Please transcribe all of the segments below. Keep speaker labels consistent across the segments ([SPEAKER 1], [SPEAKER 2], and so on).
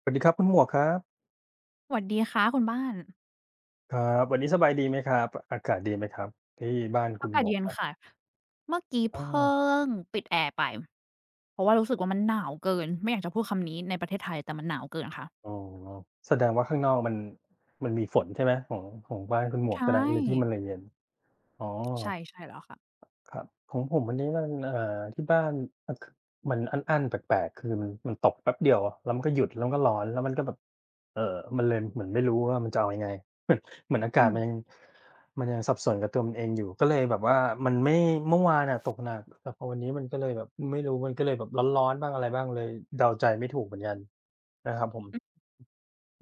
[SPEAKER 1] สวัสดีครับคุณหมวกครับ
[SPEAKER 2] สวัสดีค่ะคุณบ้าน
[SPEAKER 1] ครับวันนี้สบายดีไหมครับอากาศดีไหมครับที่บ้านคุ
[SPEAKER 2] อา
[SPEAKER 1] ณห
[SPEAKER 2] กา
[SPEAKER 1] ม
[SPEAKER 2] ศ
[SPEAKER 1] วก
[SPEAKER 2] เย็น
[SPEAKER 1] ครับ
[SPEAKER 2] ค่ะเมื่อกี้
[SPEAKER 1] อา
[SPEAKER 2] เพ
[SPEAKER 1] ว
[SPEAKER 2] ิ่งปิดแอร์ไปเพราะว่ารู้สึกว่ามันหนาวเกินไม่อยากจะพูดคำนี้ในประเทศไทยแต่มันหนาวเกินค่ะ
[SPEAKER 1] อ๋อแสดงว่าข้างนอกมันมีฝนใช่ไหมของบ้านคุณหมว
[SPEAKER 2] ใช
[SPEAKER 1] กแสดงเลยที่มัน
[SPEAKER 2] ่
[SPEAKER 1] เลยเย็นอ๋อ
[SPEAKER 2] ใช่แล้วค่ะ
[SPEAKER 1] ครับของผมวันนี้มันที่บ้านมันคมันอั้นๆแปลกๆคือมันตกแป๊บเดียวแล้วมันก็หยุดแล้วมันก็ร้อนแล้วมันก็แบบเอ่อมันเลยเหมือนไม่รู้ว่ามันจะเอายังไง เหมือนเหมือนอากา
[SPEAKER 2] อื
[SPEAKER 1] ศ
[SPEAKER 2] ม
[SPEAKER 1] มันยังสับสนกับตัวมันเองอยู่ก็เลยแบบว่ามันไม่เมื่อวานอะตกหนักแต่พอวันนี้มันก็เลยแบบไม่รู้มันก็เลยแบบร้อนๆบ้างอะไรบ้างเลยเดาใจไม่ถูกเหมือนกันนะครับผม
[SPEAKER 2] ออ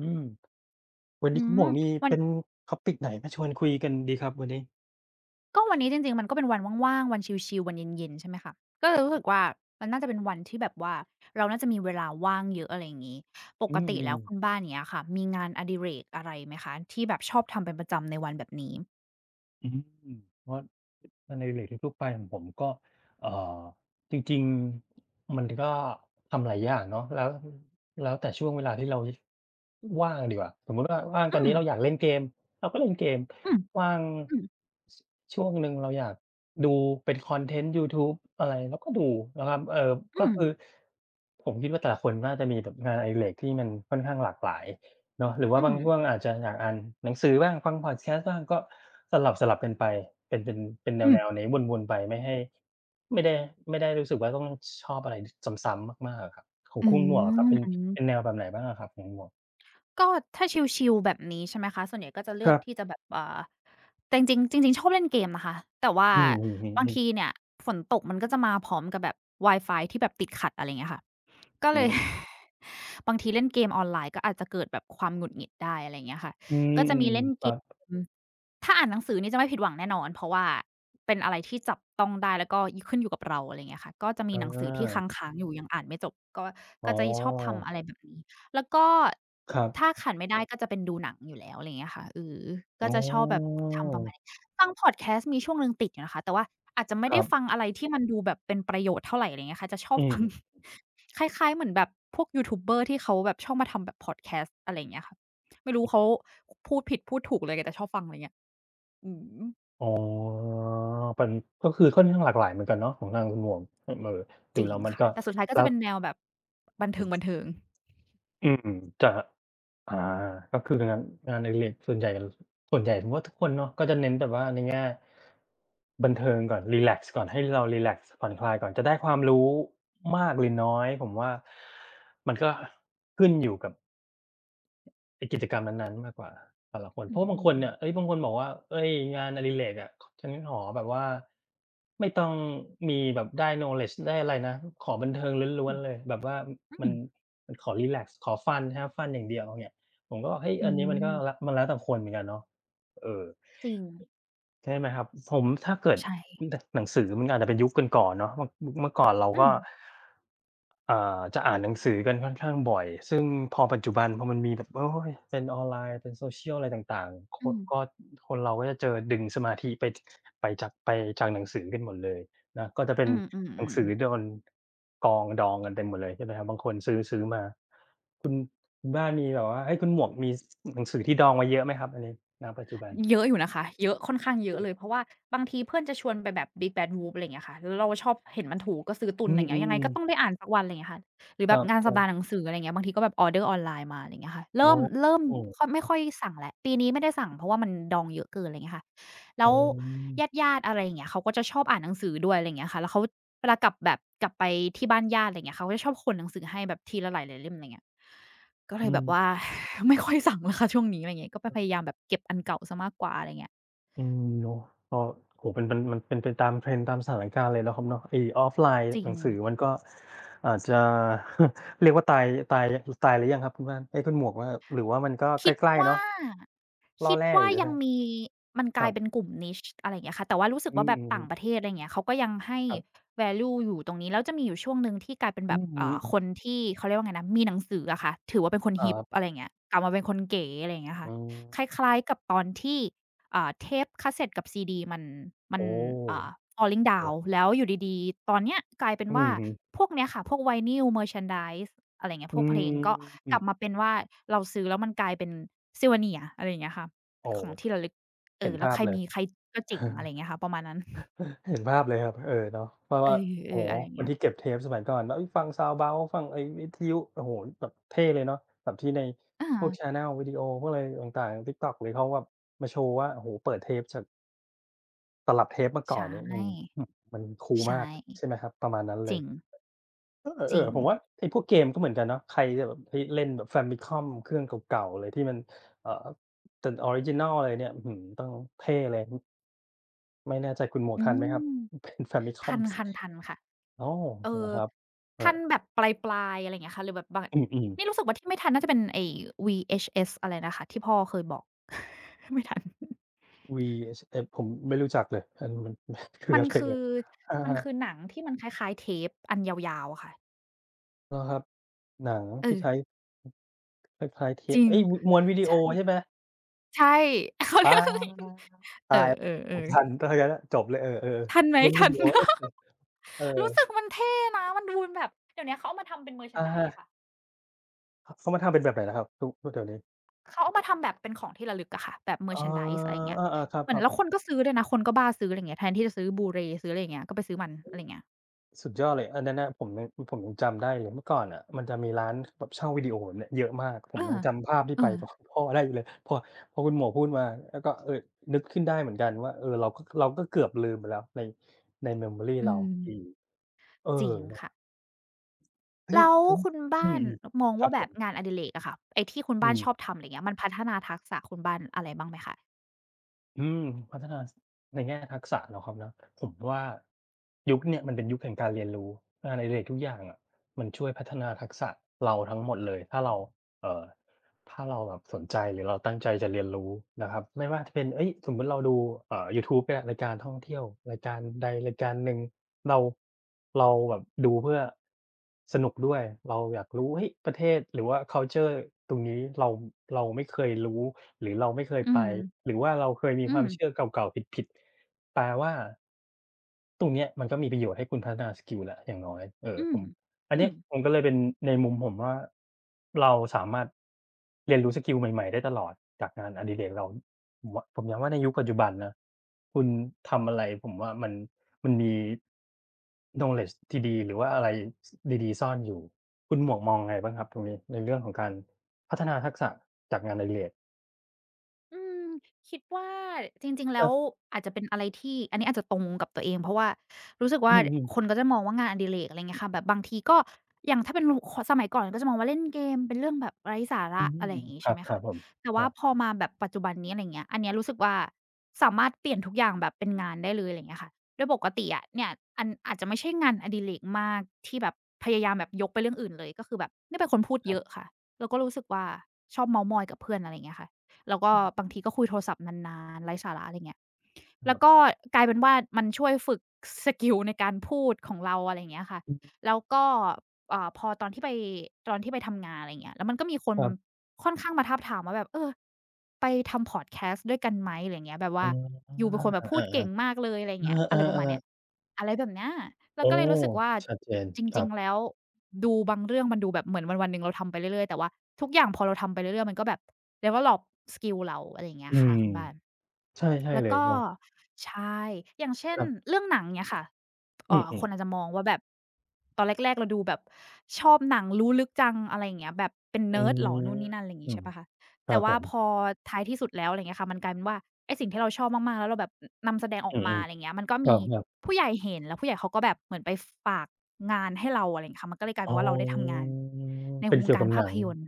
[SPEAKER 1] อืมวัน
[SPEAKER 2] อื
[SPEAKER 1] นี้คุณหม
[SPEAKER 2] ม
[SPEAKER 1] วกมี
[SPEAKER 2] วัน
[SPEAKER 1] เป็น topic ไหนมาชวนคุยกันดีครับวันนี้
[SPEAKER 2] วันนี้จริงๆมันก็เป็นวันว่างๆวันชิลๆวันเย็นๆใช่ไหมคะก็เลยรู้สึกว่ามันน่าจะเป็นวันที่แบบว่าเราน่าจะมีเวลาว่างเยอะอะไรอย่างงี้ป
[SPEAKER 1] อื
[SPEAKER 2] กติ
[SPEAKER 1] ม
[SPEAKER 2] แล้ว
[SPEAKER 1] ๆ
[SPEAKER 2] คุณบ้านอย่างเงี้ยค่ะมีงานอดิเรกอะไรไหมคะที่แบบชอบทำเป็นประจำในวันแบบนี้
[SPEAKER 1] อืมว่า งานอดิเรกทั่วๆไปของผมก็เอ่อจริงๆมันก็ทำหลายอย่างเนาะแล้วแต่ช่วงเวลาที่เราว่างดีกว่าสมมุติว่าว่างต
[SPEAKER 2] อื
[SPEAKER 1] อน
[SPEAKER 2] ม
[SPEAKER 1] นี้เราอยากเล่นเกมเราก็เล่นเกม
[SPEAKER 2] อืม
[SPEAKER 1] ว่าง
[SPEAKER 2] อือ
[SPEAKER 1] ชช่วงหนึ่งเราอยากดูเป็นคอนเทนต์ยูทูบอะไรเราก็ดูนะครับ
[SPEAKER 2] อื
[SPEAKER 1] ก็
[SPEAKER 2] ม
[SPEAKER 1] คือผมคิดว่าแต่ละคนน่าจะมีแบบงานอดิเรกที่มันค่อนข้างหลากหลาย เนาะหรือว่า
[SPEAKER 2] อื
[SPEAKER 1] บา
[SPEAKER 2] ม
[SPEAKER 1] งช่วงอาจจะอยากอ่านหนังสือบ้างฟังพอดแคสต์บ้างก็สลับๆกันไปเป็นเป็นเป็น
[SPEAKER 2] อืม
[SPEAKER 1] แนวๆนี้วนๆไปไม่ได้ไม่ได้รู้สึกว่าต้องชอบอะไรซ้ำๆมากๆอะครับของ
[SPEAKER 2] อื
[SPEAKER 1] คุณหมวกอะครับ
[SPEAKER 2] ม
[SPEAKER 1] เป็น
[SPEAKER 2] อื
[SPEAKER 1] เป็น
[SPEAKER 2] ม
[SPEAKER 1] แนวแบบไหนบ้างอะครับของหมวก
[SPEAKER 2] ก็ถ้าชิลๆแบบนี้ใช่ไหมคะ ส่วนใหญ่ก็จะเลื
[SPEAKER 1] ค
[SPEAKER 2] อก
[SPEAKER 1] รั
[SPEAKER 2] ที่
[SPEAKER 1] บ
[SPEAKER 2] จะแบบแต่จริงๆจริงๆ ชอบเล่นเกมนะคะ แต่ว่า
[SPEAKER 1] อืมอื
[SPEAKER 2] บาง
[SPEAKER 1] มๆ
[SPEAKER 2] ที
[SPEAKER 1] ๆ
[SPEAKER 2] เนี่ยฝนตกมันก็จะมาพร้อมกับแบบวายฟายที่แบบติดขัดอะไรอย่างเงี้ยค่ะ ก็
[SPEAKER 1] ๆ
[SPEAKER 2] เลย บางทีเล่นเกมออนไลน์ก็อาจจะเกิดแบบความหงุดหงิดได้อะไรอย่างเงี้ยค่ะ
[SPEAKER 1] อื
[SPEAKER 2] ก็จะ
[SPEAKER 1] ม
[SPEAKER 2] มีเล่น
[SPEAKER 1] ๆๆค
[SPEAKER 2] เก
[SPEAKER 1] รับ
[SPEAKER 2] ม ถ้าอ่านหนังสือนี่จะไม่ผิดหวังแน่นอนเพราะว่าเป็นอะไรที่จับต้องได้แล้วก็ขึ้นอยู่กับเราอะไรอย่างเงี้ยค่ะก็จะมี
[SPEAKER 1] อ
[SPEAKER 2] หนังสือที่ค้
[SPEAKER 1] า
[SPEAKER 2] างๆอยู่ยังอ่านไม่จบก็
[SPEAKER 1] อ๋
[SPEAKER 2] ก็จะชอบ
[SPEAKER 1] อ
[SPEAKER 2] ทำอะไรแบบนี้แล้วก็อ
[SPEAKER 1] ครับ
[SPEAKER 2] ถ้าขัดไม่ได้ก็จะเป็นดูหนังอยู่แล้วอะไรอย่างเงี้ยค่ะเออ
[SPEAKER 1] อ๋
[SPEAKER 2] ก็
[SPEAKER 1] อ
[SPEAKER 2] จะชอบแบบทำประมาณนี้ฟังพอดแคสต์มีช่วงหนึ่งติดอยู่นะคะแต่ว่าอาจจะไม่
[SPEAKER 1] ครั
[SPEAKER 2] ได้ฟัง
[SPEAKER 1] บ
[SPEAKER 2] อะไรที่มันดูแบบเป็นประโยชน์เท่าไรอะไรอย่างเงี้ยค่ะจะชอบ
[SPEAKER 1] อื
[SPEAKER 2] ฟัง
[SPEAKER 1] ม
[SPEAKER 2] คล้ายๆเหมือนแบบพวกยูทูบเบอร์ที่เขาแบบชอบมาทำแบบพอดแคสต์อะไรอย่างเงี้ยค่ะไม่รู้เขาพูดผิดพูดถูกเลยแต่ชอบฟังอะไรเงี้ย อืม
[SPEAKER 1] อ๋อเป็นก็คือค่อนข้างหลากหลายเหมือนกันเนาะของทางคุณหมวกเออดู
[SPEAKER 2] จริ
[SPEAKER 1] แล้
[SPEAKER 2] ง
[SPEAKER 1] วมัน
[SPEAKER 2] ค่ะ
[SPEAKER 1] ก็
[SPEAKER 2] แต่สุดท้ายก็
[SPEAKER 1] แล้
[SPEAKER 2] จะ
[SPEAKER 1] ว
[SPEAKER 2] เป็นแนวแบบบันเทิงบันเทิง
[SPEAKER 1] อืมจะอ่าก็คืองานอดิเรกส่วนใหญ่ผมว่าทุกคนเนาะก็จะเน้นแบบว่าในแง่บันเทิงก่อนรีแลกซ์ก่อนให้เรารีแลกซ์ผ่อนคลายก่อนจะได้ความรู้มากหรือน้อยผมว่ามันก็ขึ้นอยู่กับ ไอ้กิจกรรมนั้นๆมากกว่าแต่ละคน
[SPEAKER 2] อื
[SPEAKER 1] เพราะบางค
[SPEAKER 2] ม
[SPEAKER 1] นเนี่
[SPEAKER 2] ๆ
[SPEAKER 1] ยเฮ้
[SPEAKER 2] ๆ
[SPEAKER 1] ยบางคนบอกว่าเฮ้ยงานอดิเรกอะฉันขอแบบว่าไม่ต้องมีแบบได้ knowledge ได้อะไรนะขอบันเทิงล้ว
[SPEAKER 2] อื
[SPEAKER 1] น
[SPEAKER 2] ม
[SPEAKER 1] ๆเลยแบบว่า
[SPEAKER 2] อื
[SPEAKER 1] มั
[SPEAKER 2] ม
[SPEAKER 1] นมันขอรีแลกซ์ขอ fun have fun อย่างเดียวเนี่ยผมก็บอกเฮ้ย
[SPEAKER 2] อื
[SPEAKER 1] อั
[SPEAKER 2] ม
[SPEAKER 1] นนี้
[SPEAKER 2] อื
[SPEAKER 1] มัน
[SPEAKER 2] ม
[SPEAKER 1] ก็ลมันแล้วแต่คนเหมือนกันเนาะเออ
[SPEAKER 2] จริง
[SPEAKER 1] ใช่ไหมครับผมถ้าเกิด
[SPEAKER 2] ใช่
[SPEAKER 1] หนังสือมันอาจจะเป็นยุคก่อนๆเนาะเมื่อก่อนเรา
[SPEAKER 2] อื
[SPEAKER 1] ก็
[SPEAKER 2] ม
[SPEAKER 1] อ่าจะอ่านหนังสือกันค่อนข้างบ่อยซึ่งพอปัจจุบันพอมันมีแบบโอ๊ยเป็นออนไลน์เป็น social อะไรต่างๆ
[SPEAKER 2] อืม
[SPEAKER 1] คนเราก็จะเจอดึงสมาธิไปไปจากไปจากหนังสือกันหมดเลยนะก็จะเป็น
[SPEAKER 2] อื
[SPEAKER 1] หนัง
[SPEAKER 2] ม
[SPEAKER 1] สือ
[SPEAKER 2] ๆๆ
[SPEAKER 1] โดนกองดองกันเต็มหมดเลยใช่ไหมครับบางคนซื้อมาคุณบ้านมีแบบว่าเฮ้ยคุณหมวกมีหนังสือที่ดองไว้เยอะไหมครับอันนี้ณปัจจุบัน
[SPEAKER 2] เยอะอยู่นะคะเยอะค่อนข้างเยอะเลยเพราะว่าบางทีเพื่อนจะชวนไปแบบ Big Bad Wolf อะไรอย่างเงี้ยค่ะแล้วเราชอบเห็นมันถูกก็ซื้อตุ
[SPEAKER 1] อื
[SPEAKER 2] นอะไรอ
[SPEAKER 1] อ
[SPEAKER 2] ย่างเงี้
[SPEAKER 1] อื
[SPEAKER 2] ยยังไง
[SPEAKER 1] อ
[SPEAKER 2] ก็
[SPEAKER 1] ๆ
[SPEAKER 2] ต้อง
[SPEAKER 1] ๆ
[SPEAKER 2] ได้อ่านสักวันอะไรอย่างเงี้ยค่ะหรือ
[SPEAKER 1] ค
[SPEAKER 2] แบ
[SPEAKER 1] รั
[SPEAKER 2] บ
[SPEAKER 1] บ
[SPEAKER 2] งานสัปดาห์หนั
[SPEAKER 1] ๆ
[SPEAKER 2] งสืออะไรอย่างเงี้ยบางทีก็แบบออร์เดอร์ออนไลน์มาอะไรอย่างเงี้ยค่ะ
[SPEAKER 1] อ๋อ
[SPEAKER 2] เริ่ม
[SPEAKER 1] อ
[SPEAKER 2] ค่อย
[SPEAKER 1] อ
[SPEAKER 2] ไม่ค่อยสั่งแล้วปีนี้ไม่ได้สั่งเพราะว่ามันดองเยอะเกินอะไรอย่างเงี้ยค่ะแล้
[SPEAKER 1] ๋
[SPEAKER 2] ว
[SPEAKER 1] อ
[SPEAKER 2] ญาติๆอะไรอย่างเงี้ยเขาก็จะชอบอ่านหนังสือด้วยอะไรอย่างเงี้ยค่ะแล้วเขาเวลากลับแบบกลับไปที่บ้านญาติอะไรอย่างเงี้ยเขาก็จะชอบขนหนังสือให้แบบทีละหลายๆเล่มอะไรอย่างเงี้ย ก็เล
[SPEAKER 1] อื
[SPEAKER 2] ยแบ
[SPEAKER 1] ม
[SPEAKER 2] บว่า ไม่ค่อยสั่งแล้วค่ะช่วงนี้อะไร่เงี้ยก็ไปพยายามแบบเก็บอันเก่าซสมากกว่าอะไรเงี้ย
[SPEAKER 1] อืมเนาะก็โอ้โฮเป็นเป็นมันเป็นไปตาม trend ตามสถานการณ์เลยเนาะครับเนาะไอ้ออฟไลน์
[SPEAKER 2] จริ
[SPEAKER 1] หนั
[SPEAKER 2] ง
[SPEAKER 1] งสือมันก็อาจจะ เรียกว่าตายตายตายหรือยังครับคุณบ้านเอ๊ยคุณหมวกว่าหรือว่ามันก็ใก
[SPEAKER 2] คิด
[SPEAKER 1] ล้ๆ
[SPEAKER 2] ว่า
[SPEAKER 1] เนาะล่อ
[SPEAKER 2] คิด
[SPEAKER 1] แร่อ
[SPEAKER 2] ว่า
[SPEAKER 1] ยู่ใช่ไห
[SPEAKER 2] ยั
[SPEAKER 1] ม
[SPEAKER 2] งมีมัน
[SPEAKER 1] ค
[SPEAKER 2] กลา
[SPEAKER 1] รั
[SPEAKER 2] ยเป็น
[SPEAKER 1] บ
[SPEAKER 2] กลุ่ม niche อะไรอย่างเงี้ยค่ะแต่ว่ารู้สึก
[SPEAKER 1] อื
[SPEAKER 2] ว่าแบบต่างประเท
[SPEAKER 1] ม
[SPEAKER 2] ศอะไรอย่างเงี้ยเขาก็ยังให้
[SPEAKER 1] ครับ
[SPEAKER 2] value อยู่ตรงนี้แล้วจะมีอยู่ช่วงหนึ่งที่กลายเป็น
[SPEAKER 1] อื
[SPEAKER 2] แบบ
[SPEAKER 1] อฮึ
[SPEAKER 2] คนที่เขาเรียกว่าไงนะมีหนังสืออะค่ะถือว่าเป็นคนฮิป
[SPEAKER 1] อ
[SPEAKER 2] อะไรอย่างเงี้ยกลับมาเป็นคนเก๋อะไรอย่างเงี้ย
[SPEAKER 1] อื
[SPEAKER 2] ค่ะคล
[SPEAKER 1] ม
[SPEAKER 2] ้ายๆกับตอนที่เทปคาสเซ็ตกับซีดีมัน
[SPEAKER 1] โอ้
[SPEAKER 2] อ่า falling
[SPEAKER 1] โอ้
[SPEAKER 2] down แล้วอยู่ดีๆตอนเนี้ยกลายเป็น
[SPEAKER 1] อื
[SPEAKER 2] ว่า
[SPEAKER 1] อฮึ
[SPEAKER 2] พวกเนี้ยค่ะพวก vinyl merchandise อะไรเงี้ย
[SPEAKER 1] อื
[SPEAKER 2] พวกเพล
[SPEAKER 1] ม
[SPEAKER 2] งก็
[SPEAKER 1] อื
[SPEAKER 2] ก
[SPEAKER 1] อ
[SPEAKER 2] ลับมาเป็นว่าเราซื้อแล้วมันกลายเป็น Souvenir อะไรอย่างเงี้ยค่ะ
[SPEAKER 1] โอ้
[SPEAKER 2] ของที่ระลึกเอ
[SPEAKER 1] เห็น
[SPEAKER 2] อแล้ว
[SPEAKER 1] ภาพ
[SPEAKER 2] ใคร
[SPEAKER 1] เลย
[SPEAKER 2] มีใครก็เจ๋งอะไรอย่างเงี้ยค่ะประมาณนั้น
[SPEAKER 1] เห็นภาพเลยครับเออเนาะเพราะ
[SPEAKER 2] เออ
[SPEAKER 1] ว่าโอ้
[SPEAKER 2] ๆ
[SPEAKER 1] โฮ
[SPEAKER 2] อะไรอย่าง
[SPEAKER 1] คน
[SPEAKER 2] เงี้ย
[SPEAKER 1] ที่เก็บเทปสมัยก่อนแล้วเฮ้ยฟังซาวด์เบาฟังไอ้วิทยุโอ้โฮแบบเท่เลยเนาะแบบที่ใน
[SPEAKER 2] อา
[SPEAKER 1] พวกแชนเนลวิดีโอพวกอะไรต่างๆ TikTok หรือเขาแบบมาโชว์ว่าโอ้โฮเปิดเทปจากตลับเทปมาก่อน
[SPEAKER 2] ใช่
[SPEAKER 1] เนี่ยมันอืมมันคูลมา
[SPEAKER 2] ใช่
[SPEAKER 1] กใช่ไหมครับประมาณนั้น
[SPEAKER 2] จ
[SPEAKER 1] เล
[SPEAKER 2] ริ
[SPEAKER 1] ย
[SPEAKER 2] ง
[SPEAKER 1] เออ
[SPEAKER 2] จ
[SPEAKER 1] เออ
[SPEAKER 2] ริง
[SPEAKER 1] ผมว่าไอ้พวกเกมก็เหมือนกันเนาะใครจะแบบเฮ้ยเล่นแบบ Famicom เครื่องเก่าๆเลยที่มันเอ่อแต่ออริจินัลเลยเนี่ยอื้อฮือต้องเท่เลยไม่แน่ใจคุณหมวก
[SPEAKER 2] อื
[SPEAKER 1] ทันไหมครับ
[SPEAKER 2] ม
[SPEAKER 1] เป็น Famicom
[SPEAKER 2] ทันค่ะ
[SPEAKER 1] อ๋อ
[SPEAKER 2] เอ
[SPEAKER 1] เหร
[SPEAKER 2] อ
[SPEAKER 1] อครับอา
[SPEAKER 2] ทันแบบปลายๆอะไรอย่างเงี้ยค่ะหรือแบบบาง
[SPEAKER 1] อืมๆ
[SPEAKER 2] นี่รู้สึกว่าที่ไม่ทันน่าจะเป็นไอ้ VHS อะไรนะคะที่พ่อเคยบอก ไม่ทัน
[SPEAKER 1] v s f ผมไม่รู้จักเลยอันมัน คือ
[SPEAKER 2] มัน
[SPEAKER 1] อะไร
[SPEAKER 2] คื
[SPEAKER 1] เอ่ย
[SPEAKER 2] อ
[SPEAKER 1] อะ
[SPEAKER 2] มั
[SPEAKER 1] ฮ
[SPEAKER 2] นคือหนังที่มันคล้ายๆเทปอันยาวๆอะค่ะ
[SPEAKER 1] เหรอครับ หนัง
[SPEAKER 2] เอ
[SPEAKER 1] ที่
[SPEAKER 2] อ
[SPEAKER 1] คล้ายๆเท
[SPEAKER 2] จ
[SPEAKER 1] ป
[SPEAKER 2] ริง
[SPEAKER 1] เอ๊ยวม้วนวิดีโอใช่ไหม
[SPEAKER 2] ใช่ เขาเรี
[SPEAKER 1] อา
[SPEAKER 2] ยกเอ
[SPEAKER 1] ผม
[SPEAKER 2] อๆ
[SPEAKER 1] ทั
[SPEAKER 2] ๆ
[SPEAKER 1] นถ้าอย่างงั้นอะจบเลยเออ
[SPEAKER 2] ทัน
[SPEAKER 1] ๆ
[SPEAKER 2] ไหม
[SPEAKER 1] ๆม้ วนวิ
[SPEAKER 2] ทัน
[SPEAKER 1] ดีโอเอ๊ะเออ
[SPEAKER 2] รู้สึกมันเท่นะมันดูเป็นแบบเดี๋ยวเนี้ยเขาเอามาทำเป็น
[SPEAKER 1] อา
[SPEAKER 2] merchandise อะค่ะ
[SPEAKER 1] ๆเขามาทำเป็นแบบไหนนะครับทุกเดี๋ยวนี้
[SPEAKER 2] เขาเอามาทำแบบเป็นของที่ระลึกอะค่ะแบบ
[SPEAKER 1] อ๋อ
[SPEAKER 2] merchandise อะไรอย่างเงี้ย
[SPEAKER 1] อาๆค
[SPEAKER 2] เหมือน
[SPEAKER 1] รับ
[SPEAKER 2] แล้ว
[SPEAKER 1] ๆ
[SPEAKER 2] คนก็ซื้อด้วยนะคนก็บ้าซื้ออะไรอย่างเงี้ยแทนที่จะซื้อ Blu-ray ซื้ออะไรอย่างเงี้ยก็ไปซื้อมันอะไรอย่างเงี้ย
[SPEAKER 1] สุดยอดเลยอันนั้นน่ะผมยังจำได้เลยเมื่อก่อนน่ะมันจะมีร้านแบบเช่าวิดีโอแบบเนี้ยเยอะมากผ
[SPEAKER 2] เอ
[SPEAKER 1] มยั
[SPEAKER 2] อ
[SPEAKER 1] งจำภาพที่
[SPEAKER 2] เอ
[SPEAKER 1] ไป
[SPEAKER 2] อ
[SPEAKER 1] กับคุณพ่อได้อยู่เลยพอคุณหมวกพูดมาแล้วก็เออนึกขึ้นได้เหมือนกันว่าเออเราก็เกือบลืมไปแล้วในใน memory
[SPEAKER 2] อื
[SPEAKER 1] เรา
[SPEAKER 2] ม
[SPEAKER 1] อืมเออ
[SPEAKER 2] จริง
[SPEAKER 1] เนาะ
[SPEAKER 2] ค่ะ
[SPEAKER 1] เฮ้ย
[SPEAKER 2] แล้ว
[SPEAKER 1] อืม
[SPEAKER 2] คุณบ้านมอง
[SPEAKER 1] ๆครั
[SPEAKER 2] ว่า
[SPEAKER 1] บผ
[SPEAKER 2] แบบ
[SPEAKER 1] ม
[SPEAKER 2] งานอดิเรกอะค่ะไอ้ที่คุณ
[SPEAKER 1] อื
[SPEAKER 2] บ้าน
[SPEAKER 1] ม
[SPEAKER 2] ชอบทำอะไรอย่างเงี้ยมันพัฒนาทักษะคุณบ้านอะไรบ้างไหมคะ
[SPEAKER 1] อืมพัฒนาสในแง่ทักษะเหรอครับเนาะผมว่ายุคเนี่ยมันเป็นยุคแห่งการเรียนรู้งานอดิเรกทุกอย่างอะมันช่วยพัฒนาทักษะเราทั้งหมดเลยถ้าเราเอ่อถ้าเราแบบสนใจหรือเราตั้งใจจะเรียนรู้นะครับไม่ว่าจะเป็นเฮ้ยสมมุติเราดูยูทูบเนี่ยรายการท่องเที่ยวรายการใดรายการหนึ่งเราเราแบบดูเพื่อสนุกด้วยเราอยากรู้เฮ้ยประเทศหรือว่าคัลเชอร์ตรงนี้เราเราไม่เคยรู้ หรือเราไม่เคย
[SPEAKER 2] อื
[SPEAKER 1] ไป
[SPEAKER 2] ม
[SPEAKER 1] หรือว่าเราเคยมี
[SPEAKER 2] อื
[SPEAKER 1] ควา
[SPEAKER 2] ม
[SPEAKER 1] มเชื่อเก่าๆผิดๆแปลว่าตรงเนี้ยมันก็มีประโยชน์ให้คุณพัฒนาสกิลแล้วอย่างน้อยเออ
[SPEAKER 2] อื
[SPEAKER 1] ผ
[SPEAKER 2] ม
[SPEAKER 1] มอัน
[SPEAKER 2] อื
[SPEAKER 1] เนี้ย
[SPEAKER 2] ม
[SPEAKER 1] มันก็เลยเป็นในมุมผมว่าเราสามารถเรียนรู้สกิลใหม่ๆได้ตลอดจากงานอดิเรกเราผมว่าผมย้ำว่าในยุคปัจจุบันนะคุณทำอะไรผมว่ามันมี knowledge ที่ดีหรือว่าอะไรสดีๆซ่อนอยู่คุณหมวกมองไงบ้างครับตรงนี้ในเรื่องของการพัฒนาทักษะจากงานอดิเรก
[SPEAKER 2] อืมคิดว่าจริงๆ
[SPEAKER 1] ค
[SPEAKER 2] แล้
[SPEAKER 1] รั
[SPEAKER 2] ว
[SPEAKER 1] บ
[SPEAKER 2] อาจจะเป็นอะไรที่อันนี้อาจจะตรงกับตัวเองเพราะว่ารู้สึก
[SPEAKER 1] อื
[SPEAKER 2] ว่า
[SPEAKER 1] ม
[SPEAKER 2] คนก็จะมองว่างานอดิเรกอะไรเงี้ยค่ะแบบบางทีก็อย่างถ้าเป็นลขสมัยก่อนก็จะมองว่าเล่นเกมเป็นเรื่องแบบไร้สา
[SPEAKER 1] อื
[SPEAKER 2] ระอะไร
[SPEAKER 1] ม
[SPEAKER 2] อย่างงี้
[SPEAKER 1] ครั
[SPEAKER 2] ใช่
[SPEAKER 1] บ
[SPEAKER 2] ไหม
[SPEAKER 1] ครับ
[SPEAKER 2] คะ
[SPEAKER 1] ผม
[SPEAKER 2] แต่
[SPEAKER 1] ค
[SPEAKER 2] ว่า
[SPEAKER 1] รับ
[SPEAKER 2] พอมาแบบปัจจุบันนี้อะไรเงี้ยอันเนี้ยรู้สึกว่าสามารถเปลี่ยนทุกอย่างแบบเป็นงานได้เลยอะไรเงี้ยค่ะโดยปกติอะเนี่ยอันอาจจะไม่ใช่งานอดิเรกมากที่แบบพยายามแบบยกไปเรื่องอื่นเลยก็คือแบบเนี่ยเป็นคนพูด
[SPEAKER 1] ครั
[SPEAKER 2] เยอะ
[SPEAKER 1] บ
[SPEAKER 2] ค่ะแล้วก็รู้สึกว่าชอบเมาท์มอยกับเพื่อนอะไรเงี้ยค่ะ แล้วก็
[SPEAKER 1] อื
[SPEAKER 2] บา
[SPEAKER 1] ม
[SPEAKER 2] งทีก็คุยโทรศัพท์นานๆไร้สาระอะไรเงี้ย
[SPEAKER 1] ค
[SPEAKER 2] แล้
[SPEAKER 1] รั
[SPEAKER 2] ว
[SPEAKER 1] บ
[SPEAKER 2] ก็กลายเป็นว่ามันช่วยฝึกสกิลในการพูดของเราอะไรอย่างเงี้ยค่ะ
[SPEAKER 1] อืม
[SPEAKER 2] แล้วก็พอตอนที่ไปทำงานอะไรอย่างเงี้ยแล้วมันก็มีคน
[SPEAKER 1] ครับ
[SPEAKER 2] ค่อนข้างมาทาบทามว่าแบบเออไปทำพอดแคสต์ด้วยกันไหมอะไรอย่างเงี้ยแบบ
[SPEAKER 1] อ๋
[SPEAKER 2] ว่ายู
[SPEAKER 1] อ
[SPEAKER 2] เป็นคนแบบพู
[SPEAKER 1] อา
[SPEAKER 2] ดเก่งมากเลยอะไรอ
[SPEAKER 1] ๆ
[SPEAKER 2] ย่า
[SPEAKER 1] เอ
[SPEAKER 2] งเงี้ย
[SPEAKER 1] อ
[SPEAKER 2] อะไรประมาณเนี้
[SPEAKER 1] ๆๆ
[SPEAKER 2] ย อะไรแบบเนี้ยเรา
[SPEAKER 1] โอ้
[SPEAKER 2] ก็เลยรู้สึกว่า
[SPEAKER 1] ชัดเจน
[SPEAKER 2] จ
[SPEAKER 1] ครั
[SPEAKER 2] ริงๆ แล้
[SPEAKER 1] บ
[SPEAKER 2] วดูบางเรื่องมันดูแบบเหมือนวันๆหนึ่งเราทำไปเรื่อยๆ แต่ว่าทุกอย่างพอเราทำไปเรื่อยๆ มันก็แบบ develop สกิลเราอะไรอย่างเงี้
[SPEAKER 1] อื
[SPEAKER 2] ยค่ะ
[SPEAKER 1] ม
[SPEAKER 2] คุณบ้าน
[SPEAKER 1] ใช่ใช่
[SPEAKER 2] แล้ว
[SPEAKER 1] เลย
[SPEAKER 2] ก็
[SPEAKER 1] เนาะ
[SPEAKER 2] ใช่อย่างเช่
[SPEAKER 1] ค
[SPEAKER 2] น
[SPEAKER 1] รับ
[SPEAKER 2] เรื่องหนังเนี้ยค่ะ
[SPEAKER 1] อื
[SPEAKER 2] ค
[SPEAKER 1] ม
[SPEAKER 2] น
[SPEAKER 1] ๆ
[SPEAKER 2] อาจจะมองว่าแบบตอนแรกๆเราดูแบบชอบหนังรู้ลึกจังอะไรอย่างเงี้ยแบบเป็น
[SPEAKER 1] อื
[SPEAKER 2] nerd เหรอ
[SPEAKER 1] ม
[SPEAKER 2] นู่นนี่นั่นอะไรอย่าง
[SPEAKER 1] อื
[SPEAKER 2] งี้
[SPEAKER 1] ม
[SPEAKER 2] ใช่เปล่าคะ
[SPEAKER 1] ครั
[SPEAKER 2] แต่
[SPEAKER 1] บผ
[SPEAKER 2] ว่า
[SPEAKER 1] ม
[SPEAKER 2] พอท้ายที่สุดแล้วอะไรเงี้ยค่ะมันกลายเป็นว่าไอ้สิ่งที่เราชอบมากๆแล้วเราแบบอนำแสดงออ
[SPEAKER 1] อื
[SPEAKER 2] ก
[SPEAKER 1] ม
[SPEAKER 2] มาอะไรเงี้ยมันก็
[SPEAKER 1] ๆครั
[SPEAKER 2] มี
[SPEAKER 1] บ
[SPEAKER 2] ผู้ใหญ่เห็นแล้วผู้ใหญ่เขาก็แบบเหมือนไปฝากงานให้เราอะไรอย่างเงี้ยค่ะมันก็เลยกลาย
[SPEAKER 1] ๆ
[SPEAKER 2] เป็
[SPEAKER 1] อ๋อ
[SPEAKER 2] นว่าเราได้ทำงานใน
[SPEAKER 1] เป็น
[SPEAKER 2] วง
[SPEAKER 1] เกี่ยว
[SPEAKER 2] กา
[SPEAKER 1] กั
[SPEAKER 2] ร
[SPEAKER 1] บห
[SPEAKER 2] ภา
[SPEAKER 1] นั
[SPEAKER 2] พ
[SPEAKER 1] ง
[SPEAKER 2] ยนตร์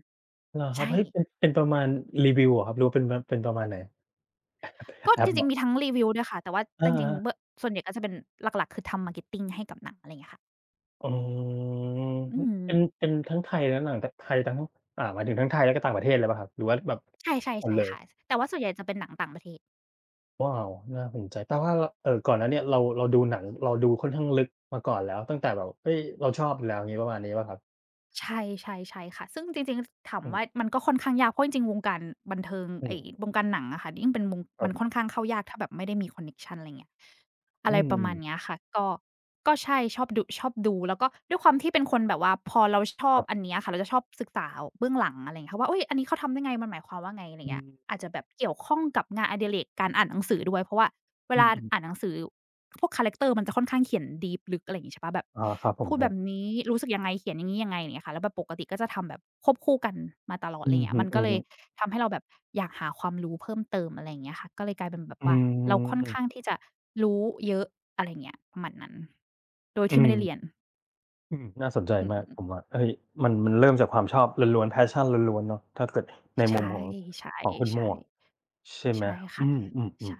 [SPEAKER 1] เหรอครับ
[SPEAKER 2] ใช่
[SPEAKER 1] เฮ้ยเป็นเป็นประมาณรีวิวเหรอครับหรือว่าเป็นประมาณไหน
[SPEAKER 2] ก็
[SPEAKER 1] แอ
[SPEAKER 2] จ
[SPEAKER 1] ปเหร
[SPEAKER 2] ริ
[SPEAKER 1] อ
[SPEAKER 2] งๆมีทั้งรีวิวด้วยค่ะแต่ว่าจริงๆ
[SPEAKER 1] อา
[SPEAKER 2] เบื้อส่วนใหญ่ก็จะเป็นหลักๆคือทำ marketing ให้กับหนังอะไรอย่างเงี้ยค่ะ
[SPEAKER 1] อ๋อ
[SPEAKER 2] อืม
[SPEAKER 1] เป็นเป็นทั้งไทยและหนังทไทยทั้งอ่าหมายถึงทั้งไทยแลวก็ต่างประเทศเลยเปล่าครับหรือว่าแบบ
[SPEAKER 2] ใช่
[SPEAKER 1] หม
[SPEAKER 2] ๆ
[SPEAKER 1] ด
[SPEAKER 2] ใช่
[SPEAKER 1] เลย
[SPEAKER 2] ค่ะแต่ว่าส่วนใหญ่จะเป็นหนังต่างประเทศ
[SPEAKER 1] ว้าวน่าสนใจแปลว่ารเอ่อก่อนหน้าเนี่ยเราเราดูหนังเราดูค่อนข้างลึกมาก่อนแล้วตั้งแต่แบบเฮ้ยเราชอบอยู่แล้วงงี้ประมาณนี้เปล่าครับ
[SPEAKER 2] ใช่ใช่ใช่ค่ะซึ่งจริงๆถาม
[SPEAKER 1] อื
[SPEAKER 2] ว่า
[SPEAKER 1] ม
[SPEAKER 2] มันก็ค่อนข้างยากเพราะจริงๆวงการบันเทิง
[SPEAKER 1] อื
[SPEAKER 2] ไอ้
[SPEAKER 1] ม
[SPEAKER 2] วงการหนังอะค่ะยิ่งเป็นวง
[SPEAKER 1] ครั
[SPEAKER 2] มั
[SPEAKER 1] บ
[SPEAKER 2] นค่อนข้างเข้ายากถ้าแบบไม่ได้มีคอนเน็กชันอะไรเงี้ยอะ
[SPEAKER 1] อื
[SPEAKER 2] ไร
[SPEAKER 1] ม
[SPEAKER 2] ประมาณเนี้ยค่ะก็ใช่ชอบดูแล้วก็ด้วยความที่เป็นคนแบบว่าพอเราชอ
[SPEAKER 1] ค
[SPEAKER 2] บ
[SPEAKER 1] รับ
[SPEAKER 2] อันเนี้ยค่ะเราจะชอบศึกษาเบื้องหลังอะไรเงี้ยค่ะว่าเฮ้ยอันนี้เขาทำได้ไงมันหมายความว่าไงอะไร
[SPEAKER 1] อื
[SPEAKER 2] เงี้ย
[SPEAKER 1] ม
[SPEAKER 2] อาจจะแบบเกี่ยวข้องกับงานอดิเรกการอ่านหนังสือด้วยเพราะว่าเว
[SPEAKER 1] อื
[SPEAKER 2] ลา
[SPEAKER 1] ม
[SPEAKER 2] อ่านห
[SPEAKER 1] ๆ
[SPEAKER 2] นังสือ พวกคาแรกเตอร์มันจะค่อนข้างเขียนดีปลึกอะไรอย่างงี้ใช่เปล่าแบบ
[SPEAKER 1] อาครับผม
[SPEAKER 2] พูด
[SPEAKER 1] ค
[SPEAKER 2] แบ
[SPEAKER 1] รับ
[SPEAKER 2] บนี้รู้สึกยังไงเขียนอย่างงี้ยังไงอย่างเงี้ยค่ะแล้วแบบปกติก็จะทำแบบควบคู่กันมาตลอด
[SPEAKER 1] อื
[SPEAKER 2] อะไรอย่า
[SPEAKER 1] อ
[SPEAKER 2] งเงี้ย
[SPEAKER 1] ฮึ
[SPEAKER 2] มันก็เลย
[SPEAKER 1] ๆ
[SPEAKER 2] ทำให้เราแบบอยากหาความรู้เพิ่มเติมอะไรอย่างเงี้ยค่ะก็เลยกลายเป็นแบบ
[SPEAKER 1] อื
[SPEAKER 2] ว่าเราค่อนข้าง
[SPEAKER 1] ม
[SPEAKER 2] ที่จะรู้เยอะอะไรอย่างเงี้ยประมาณนั้นโดย
[SPEAKER 1] อื
[SPEAKER 2] ที่
[SPEAKER 1] ม
[SPEAKER 2] ไม่ได้เรียน
[SPEAKER 1] อืมน่าสนใจ
[SPEAKER 2] อื
[SPEAKER 1] มากผม
[SPEAKER 2] ม
[SPEAKER 1] ว่าเฮ้ยมันเริ่มจากความชอบล้วนๆ passion ล้วนๆเนาะถ้าเกิดในมุ
[SPEAKER 2] ใช่
[SPEAKER 1] มของ
[SPEAKER 2] ใช่
[SPEAKER 1] ของคุณหม
[SPEAKER 2] ใช่
[SPEAKER 1] วกใช่ไหม
[SPEAKER 2] ใช่
[SPEAKER 1] อื
[SPEAKER 2] ค่ะ
[SPEAKER 1] ม
[SPEAKER 2] ใช่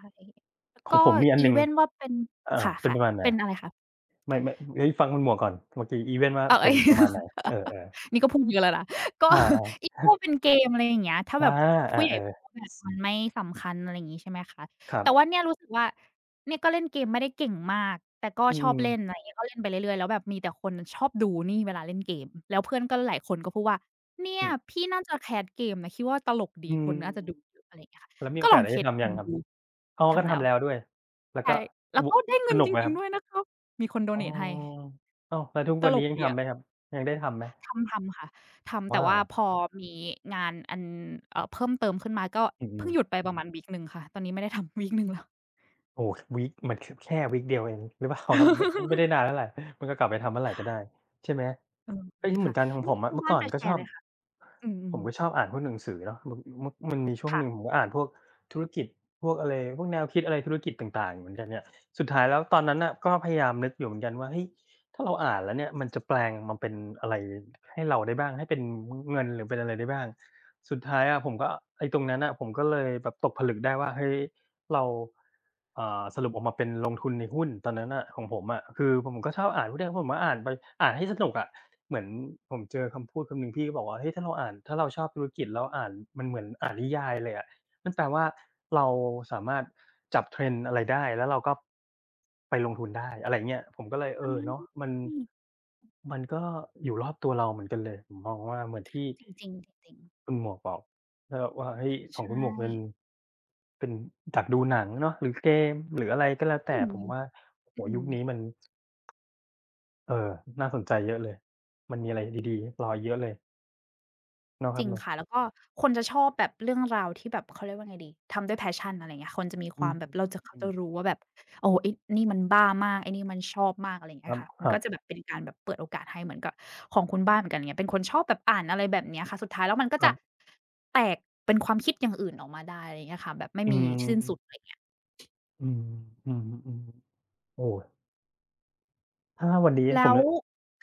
[SPEAKER 1] ๆ
[SPEAKER 2] แล้ว
[SPEAKER 1] ๆขอ
[SPEAKER 2] ก็
[SPEAKER 1] งผมมีอัน
[SPEAKER 2] อี
[SPEAKER 1] หนึ่ง
[SPEAKER 2] เวนว่าเป็นค
[SPEAKER 1] เป็น
[SPEAKER 2] ่ะ
[SPEAKER 1] ประมาณ
[SPEAKER 2] ๆ
[SPEAKER 1] ไหน
[SPEAKER 2] เป็นอะไรคะ
[SPEAKER 1] ไม่เฮ้ยฟังคุณหมวกก่อนเมื่อกี้อีเวนต์ว่า
[SPEAKER 2] เออ
[SPEAKER 1] เป็นประมาณไหนเออ
[SPEAKER 2] นี่ก็พูดเยอะแล้วนะ
[SPEAKER 1] ๆ
[SPEAKER 2] ก็
[SPEAKER 1] อา ๆอ
[SPEAKER 2] อีโก้เป็นเกมอะไรอย่างเงี้ยถ้าแบ
[SPEAKER 1] า
[SPEAKER 2] บ
[SPEAKER 1] อา
[SPEAKER 2] ผู้ให
[SPEAKER 1] เอ
[SPEAKER 2] ญ่ม
[SPEAKER 1] อ
[SPEAKER 2] องว่าแบบมันไม่สำคัญอะไรอย่างงี้ใช่ไหมคะ
[SPEAKER 1] ครับ
[SPEAKER 2] แต่ว่าเนี่ยรู้สึกว่าเนี่ยก็เล่นเกมไม่ได้เก่งมากแต่ก็
[SPEAKER 1] อื
[SPEAKER 2] ชอบ
[SPEAKER 1] ม
[SPEAKER 2] เล่นอะไรอย่างเงี้ยก็เล่นไปเรื่อยๆแล้วแบบมีแต่คนชอบดูนี่เวลาเล่นเกมแล้วเพื่อนก็หลายคนก็พูดว่าเนี่
[SPEAKER 1] อื
[SPEAKER 2] ย
[SPEAKER 1] ม
[SPEAKER 2] พี่น่าจะแคสเกมนะคิดว่าตลก
[SPEAKER 1] อื
[SPEAKER 2] ดีค
[SPEAKER 1] ม
[SPEAKER 2] นน่าจะดูเยอะอะไรอย่างเงี้ยค่ะ
[SPEAKER 1] แล้วมีโอกาสได้ทำยังครับ
[SPEAKER 2] ดู
[SPEAKER 1] อ๋อก็
[SPEAKER 2] ทำแล้ว
[SPEAKER 1] ทำแล้วด้วยแล้วก็
[SPEAKER 2] ใช่แล้ว
[SPEAKER 1] ว
[SPEAKER 2] ก็ได้
[SPEAKER 1] ส
[SPEAKER 2] เงิน
[SPEAKER 1] นุก
[SPEAKER 2] จ
[SPEAKER 1] ไหมค
[SPEAKER 2] ริง
[SPEAKER 1] รับ
[SPEAKER 2] ๆด้วยนะครับมีคนโด
[SPEAKER 1] อ๋อ
[SPEAKER 2] เนตให้
[SPEAKER 1] อ้าวแล้วทุก
[SPEAKER 2] ต
[SPEAKER 1] วัน
[SPEAKER 2] ล
[SPEAKER 1] นี้
[SPEAKER 2] ก
[SPEAKER 1] ยัง
[SPEAKER 2] ดี
[SPEAKER 1] ทำ
[SPEAKER 2] อะ
[SPEAKER 1] ไหมครับยังได้ทำไหม
[SPEAKER 2] ทำค่ะทำแต่
[SPEAKER 1] ว้าว
[SPEAKER 2] ว่าพอมีงานอันเพิ่มเติมขึ้นมาก็
[SPEAKER 1] อืม
[SPEAKER 2] เพิ่งหยุดไปประมาณวีกหนึ่งค่ะตอนนี้ไม่ได้ทำ วีกหนึ่งแล้ว
[SPEAKER 1] โอ้วีกมันคแค่วีกเดียวเองหรือเปล่า ครับมมันไม่ ได้นานเท่าไรมันก็กลับไปทำเมื่อไหรก็ได้ใช่ไหม
[SPEAKER 2] เอออื
[SPEAKER 1] เฮ้ย
[SPEAKER 2] ม
[SPEAKER 1] เหมือ
[SPEAKER 2] ค่ะ
[SPEAKER 1] นกันของผ
[SPEAKER 2] เมื่อ
[SPEAKER 1] ม
[SPEAKER 2] กี้
[SPEAKER 1] อะ
[SPEAKER 2] ทาง
[SPEAKER 1] เมื่อ
[SPEAKER 2] บ้าน
[SPEAKER 1] ก่อน
[SPEAKER 2] จะ
[SPEAKER 1] ก็
[SPEAKER 2] แช
[SPEAKER 1] ชอ
[SPEAKER 2] ร์
[SPEAKER 1] บ
[SPEAKER 2] เลยค่ะอื
[SPEAKER 1] ผ
[SPEAKER 2] ม
[SPEAKER 1] มก็ชอบอ่านพวกหนังสือเนาะมันมมันมีช่ว
[SPEAKER 2] ๆ
[SPEAKER 1] งห
[SPEAKER 2] ค่ะ
[SPEAKER 1] นึ่งผมก็อ่านพวกธุรกิจพวกอะไรพวกแนวคิดอะไรธุรกิจต่างๆเหมือนกันเนี่ยสุดท้ายแล้วตอนนั้นน่ะก็พยายามนึกอยู่เหมือนกันว่าเฮ้ยถ้าเราอ่านแล้วเนี่ยมันจะแปลงมาเป็นอะไรให้เราได้บ้างให้เป็นงเงินหรือเป็นอะไรได้บ้างสุดท้ายอะผมก็ไอ้ตรงนั้นน่ะผมก็เลยแบบตกผลึกได้ว่าเฮ้ย เราอ่าสรุปออกมาเป็นลงทุนในหุ้นตอนนั้นน่ะของผมอะคือผมก็ชอบอ่านพวกเนี้ยผมก็อ่านไปอ่านให้สนุกอะเหมือนผมเจอคำพูดคำหนึ่งพี่ก็บอกว่าเฮ้ยถ้าเราอ่านถ้าเราชอบธุรกิจแล้วอ่านมันเหมือนอ่านนิยายเลยอะนั่นแปลว่าเราสามารถจับ trend อะไรได้แล้วเราก็ไปลงทุนได้อะไรอย่างเงี้ยผมก็เลยเออเนาะ
[SPEAKER 2] อา
[SPEAKER 1] มันก็อยู่รอบตัวเราเหมือนกันเลยผมมองว่าเหมือนที่
[SPEAKER 2] จริงๆจริง
[SPEAKER 1] คุณหมวกบอกก็ว่าเฮ้ย
[SPEAKER 2] ๆ
[SPEAKER 1] ขอ
[SPEAKER 2] ใช
[SPEAKER 1] งคุณห
[SPEAKER 2] ่
[SPEAKER 1] มวกเป็น เป็นจากดูหนังเนาะหรือเกมหรืออะไรก็แล้ว
[SPEAKER 2] อื
[SPEAKER 1] แต่
[SPEAKER 2] ม
[SPEAKER 1] ผมว่าโอ้โฮ
[SPEAKER 2] อื
[SPEAKER 1] ยุ
[SPEAKER 2] ม
[SPEAKER 1] คนี้มันเอ่อน่าสนใจเยอะเลยมันมีอะไรดีๆรออีกเยอะเลยเนาะค
[SPEAKER 2] จ
[SPEAKER 1] รับ
[SPEAKER 2] ริง
[SPEAKER 1] เนาะ
[SPEAKER 2] ค่ะแล้วก็คนจะชอบแบบเรื่องราวที่แบบเขาเรียกว่าไงดีทำด้วย passion อะไรเงี้ยคนจะมีค
[SPEAKER 1] อื
[SPEAKER 2] วา
[SPEAKER 1] ม
[SPEAKER 2] มแบบเขา
[SPEAKER 1] อืม
[SPEAKER 2] จะรู้ว่าแบบโอ้โฮไอ้นี่มันบ้ามากไอ้นี่มันชอบมากอะไรอย่าง
[SPEAKER 1] ค
[SPEAKER 2] เงี้
[SPEAKER 1] รั
[SPEAKER 2] ย
[SPEAKER 1] บ
[SPEAKER 2] ค่ะ
[SPEAKER 1] ค
[SPEAKER 2] มัน
[SPEAKER 1] รั
[SPEAKER 2] ก็
[SPEAKER 1] บ
[SPEAKER 2] จะแบบเป็นการแบบเปิดโอกาสให้เหมือนกับของคุณบ้านเหมือนกันอย่างเงี้ยเป็นคนชอบแบบอ่านอะไรแบบเนี้ยค่ะสุดท้ายแล้วมันก็
[SPEAKER 1] ค
[SPEAKER 2] จะ
[SPEAKER 1] รับ
[SPEAKER 2] แตกเป็นความคิดอย่างอื่นออกมาได้อะไรอย่างเงี้ยค่ะแบบไม่
[SPEAKER 1] อื
[SPEAKER 2] มีสิ้นสุดอะ
[SPEAKER 1] ม
[SPEAKER 2] ไรเงี้ย
[SPEAKER 1] อืมอืออือโอ้ถ้าวันนี้ผ
[SPEAKER 2] แล้
[SPEAKER 1] ม
[SPEAKER 2] ว
[SPEAKER 1] จะ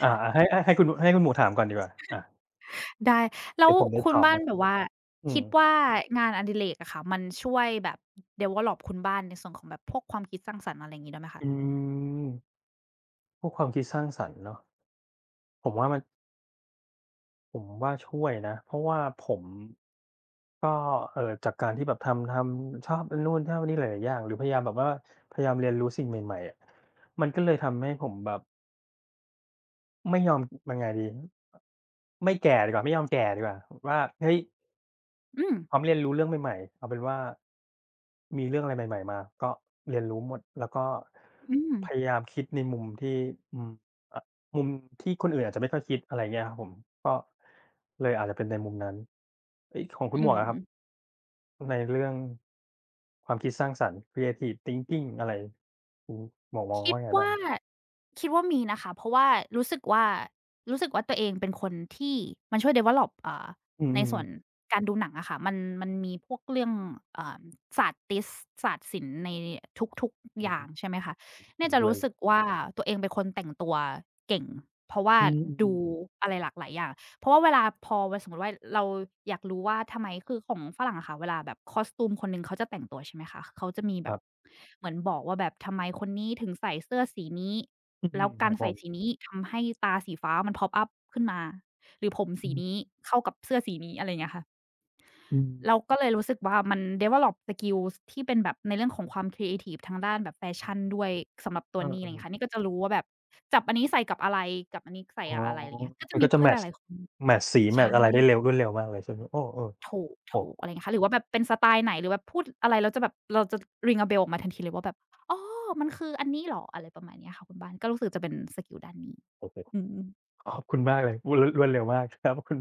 [SPEAKER 2] ค่ะ
[SPEAKER 1] อ่าๆให้คุณให้คุณหมวกถามก่อนดีกว่าอ่า
[SPEAKER 2] ได้แล้ว
[SPEAKER 1] เดี๋ยวผมจะ
[SPEAKER 2] คุ
[SPEAKER 1] ต
[SPEAKER 2] ณ
[SPEAKER 1] อบ
[SPEAKER 2] บ้าน
[SPEAKER 1] เนาะ
[SPEAKER 2] แบบว่า
[SPEAKER 1] อื
[SPEAKER 2] คิ
[SPEAKER 1] ม
[SPEAKER 2] ดว่างานอดิเรกอะค่ะมันช่วยแบบ develop คุณบ้านในส่วนของแบบพวกความคิดสร้างสรรค์อะไรอย่างงี้ด้วยไหมคะ
[SPEAKER 1] อืมพวกความคิดสร้างสรรค์เนาะผมว่ามันผมว่าช่วยนะเพราะว่าผม ก็เอ่อจากการที่แบบทำชอบอันนู่นชอบอันนี่หลายๆอย่างหรือพยายามแบบว่าพยายามเรียนรู้สิ่งใหม่ๆอะมันก็เลยทำให้ผมแบบไม่ยอมยังไงดีไม่แก่ดีกว่าไม่ยอมแก่ดีกว่าว่าเฮ้ย
[SPEAKER 2] อืม
[SPEAKER 1] พร้อมเรียนรู้เรื่องใหม่ๆเอาเป็นว่ามีเรื่องอะไรใหม่ๆมาก็เรียนรู้หมดแล้วก็
[SPEAKER 2] อืม
[SPEAKER 1] พยายามคิดในมุมที่อืมอะมุมที่คนอื่นอาจจะไม่ค่อยคิดอะไรอย่างเงี้ยครับผมก็เลยอาจจะเป็นในมุมนั้นเฮ้ยของคุณห
[SPEAKER 2] อื
[SPEAKER 1] มวก
[SPEAKER 2] ม
[SPEAKER 1] อะครับ ในเรื่องความคิดสร้างสรรค์ creative thinking อะไรคุณหมวกมอง
[SPEAKER 2] คิด
[SPEAKER 1] ว่าไงบ้า
[SPEAKER 2] ว่า
[SPEAKER 1] ง
[SPEAKER 2] คิดว่ามีนะคะเพราะว่ารู้สึกว่ารู้สึกว่าตัวเองเป็นคนที่มันช่วย develop
[SPEAKER 1] อื
[SPEAKER 2] ใน
[SPEAKER 1] ม
[SPEAKER 2] ส่วน
[SPEAKER 1] ๆ
[SPEAKER 2] การดูหนังอะค่ะมันมีพวกเรื่องอ่าศาสตร์ติสศาสตร์ศิลป์ในทุกๆ
[SPEAKER 1] อื
[SPEAKER 2] อ
[SPEAKER 1] ม
[SPEAKER 2] ย่างใช่ไหมคะเนี่
[SPEAKER 1] เห็
[SPEAKER 2] ย
[SPEAKER 1] น
[SPEAKER 2] จะ
[SPEAKER 1] ด้วย
[SPEAKER 2] รู้
[SPEAKER 1] เลย
[SPEAKER 2] สึกว่าตัวเองเป็นคนแต่งตัวเก่งเพราะว่า
[SPEAKER 1] อื
[SPEAKER 2] ดู
[SPEAKER 1] มๆ
[SPEAKER 2] อะไรหลากหลายอย่าง เพราะว่าเวลาพอสมมติว่าเราอยากรู้ว่าทำไมคือของฝรั่งอะค่ะเวลาแบบ costume คนหนึ่งเขาจะแต่งตัวใช่ไหมคะเขาจะมี
[SPEAKER 1] ค
[SPEAKER 2] แบ
[SPEAKER 1] รั
[SPEAKER 2] บ
[SPEAKER 1] บ
[SPEAKER 2] เหมือนบอกว่าแบบทำไมคนนี้ถึงใส่เสื้อสีนี้
[SPEAKER 1] อืม
[SPEAKER 2] แล้ว
[SPEAKER 1] ค
[SPEAKER 2] กา
[SPEAKER 1] รั
[SPEAKER 2] ร
[SPEAKER 1] บผ
[SPEAKER 2] ใส่
[SPEAKER 1] ม
[SPEAKER 2] สีนี้ทำให้ตาสีฟ้ามัน pop up ขึ้นมาหรือผม
[SPEAKER 1] อื
[SPEAKER 2] สีนี้
[SPEAKER 1] ม
[SPEAKER 2] เข้ากับเสื้อสีนี้อะไรอย่างเงี้ยค่ะ
[SPEAKER 1] อืม
[SPEAKER 2] เราก็เลยรู้สึกว่ามัน develop สกิลที่เป็นแบบในเรื่องของความครีเอทิฟทางด้านแบบแฟ
[SPEAKER 1] ครั
[SPEAKER 2] ชั่น
[SPEAKER 1] บ
[SPEAKER 2] ด้วยสำหรับตั
[SPEAKER 1] เอ
[SPEAKER 2] วนี่อะไรอย่าง
[SPEAKER 1] อ
[SPEAKER 2] เงี้ยค่ะ
[SPEAKER 1] ๆ
[SPEAKER 2] นี่ก็จะรู้ว่าแบบจับอันนี้ใส่กับอะไรกับอันนี้ใส่
[SPEAKER 1] อ๋อ
[SPEAKER 2] กับอะไรอะไรอย่างเงี้ยก็
[SPEAKER 1] มั
[SPEAKER 2] จะ
[SPEAKER 1] น
[SPEAKER 2] มี
[SPEAKER 1] ก็จะ
[SPEAKER 2] เพื่อ
[SPEAKER 1] แม
[SPEAKER 2] นห
[SPEAKER 1] ตช์
[SPEAKER 2] ลายๆคน
[SPEAKER 1] แมตช์สีแม
[SPEAKER 2] ใช่
[SPEAKER 1] ตช์อะไรได้เร็วรวดเร็วมากเลยใช่ไหมโอ้เออ
[SPEAKER 2] ถูก
[SPEAKER 1] โอ้
[SPEAKER 2] ถูกอะไรเงี้ยค่ะ หรือว่าแบบเป็นสไตล์ไหน หรือแบบพูดอะไรแล้วจะแบบ เราจะ ring a bell ออกมาทันทีเลยว่าแบบ อ๋อมันคืออันนี้เหรอ อะไรประมาณเนี้ยค่ะคุณบ้านก็รู้สึกจะเป็นสกิลด้านนี้
[SPEAKER 1] โอเค
[SPEAKER 2] อืม
[SPEAKER 1] ขอบคุณมากเลยพูดรรวดเร็วมากครับขอบคุณ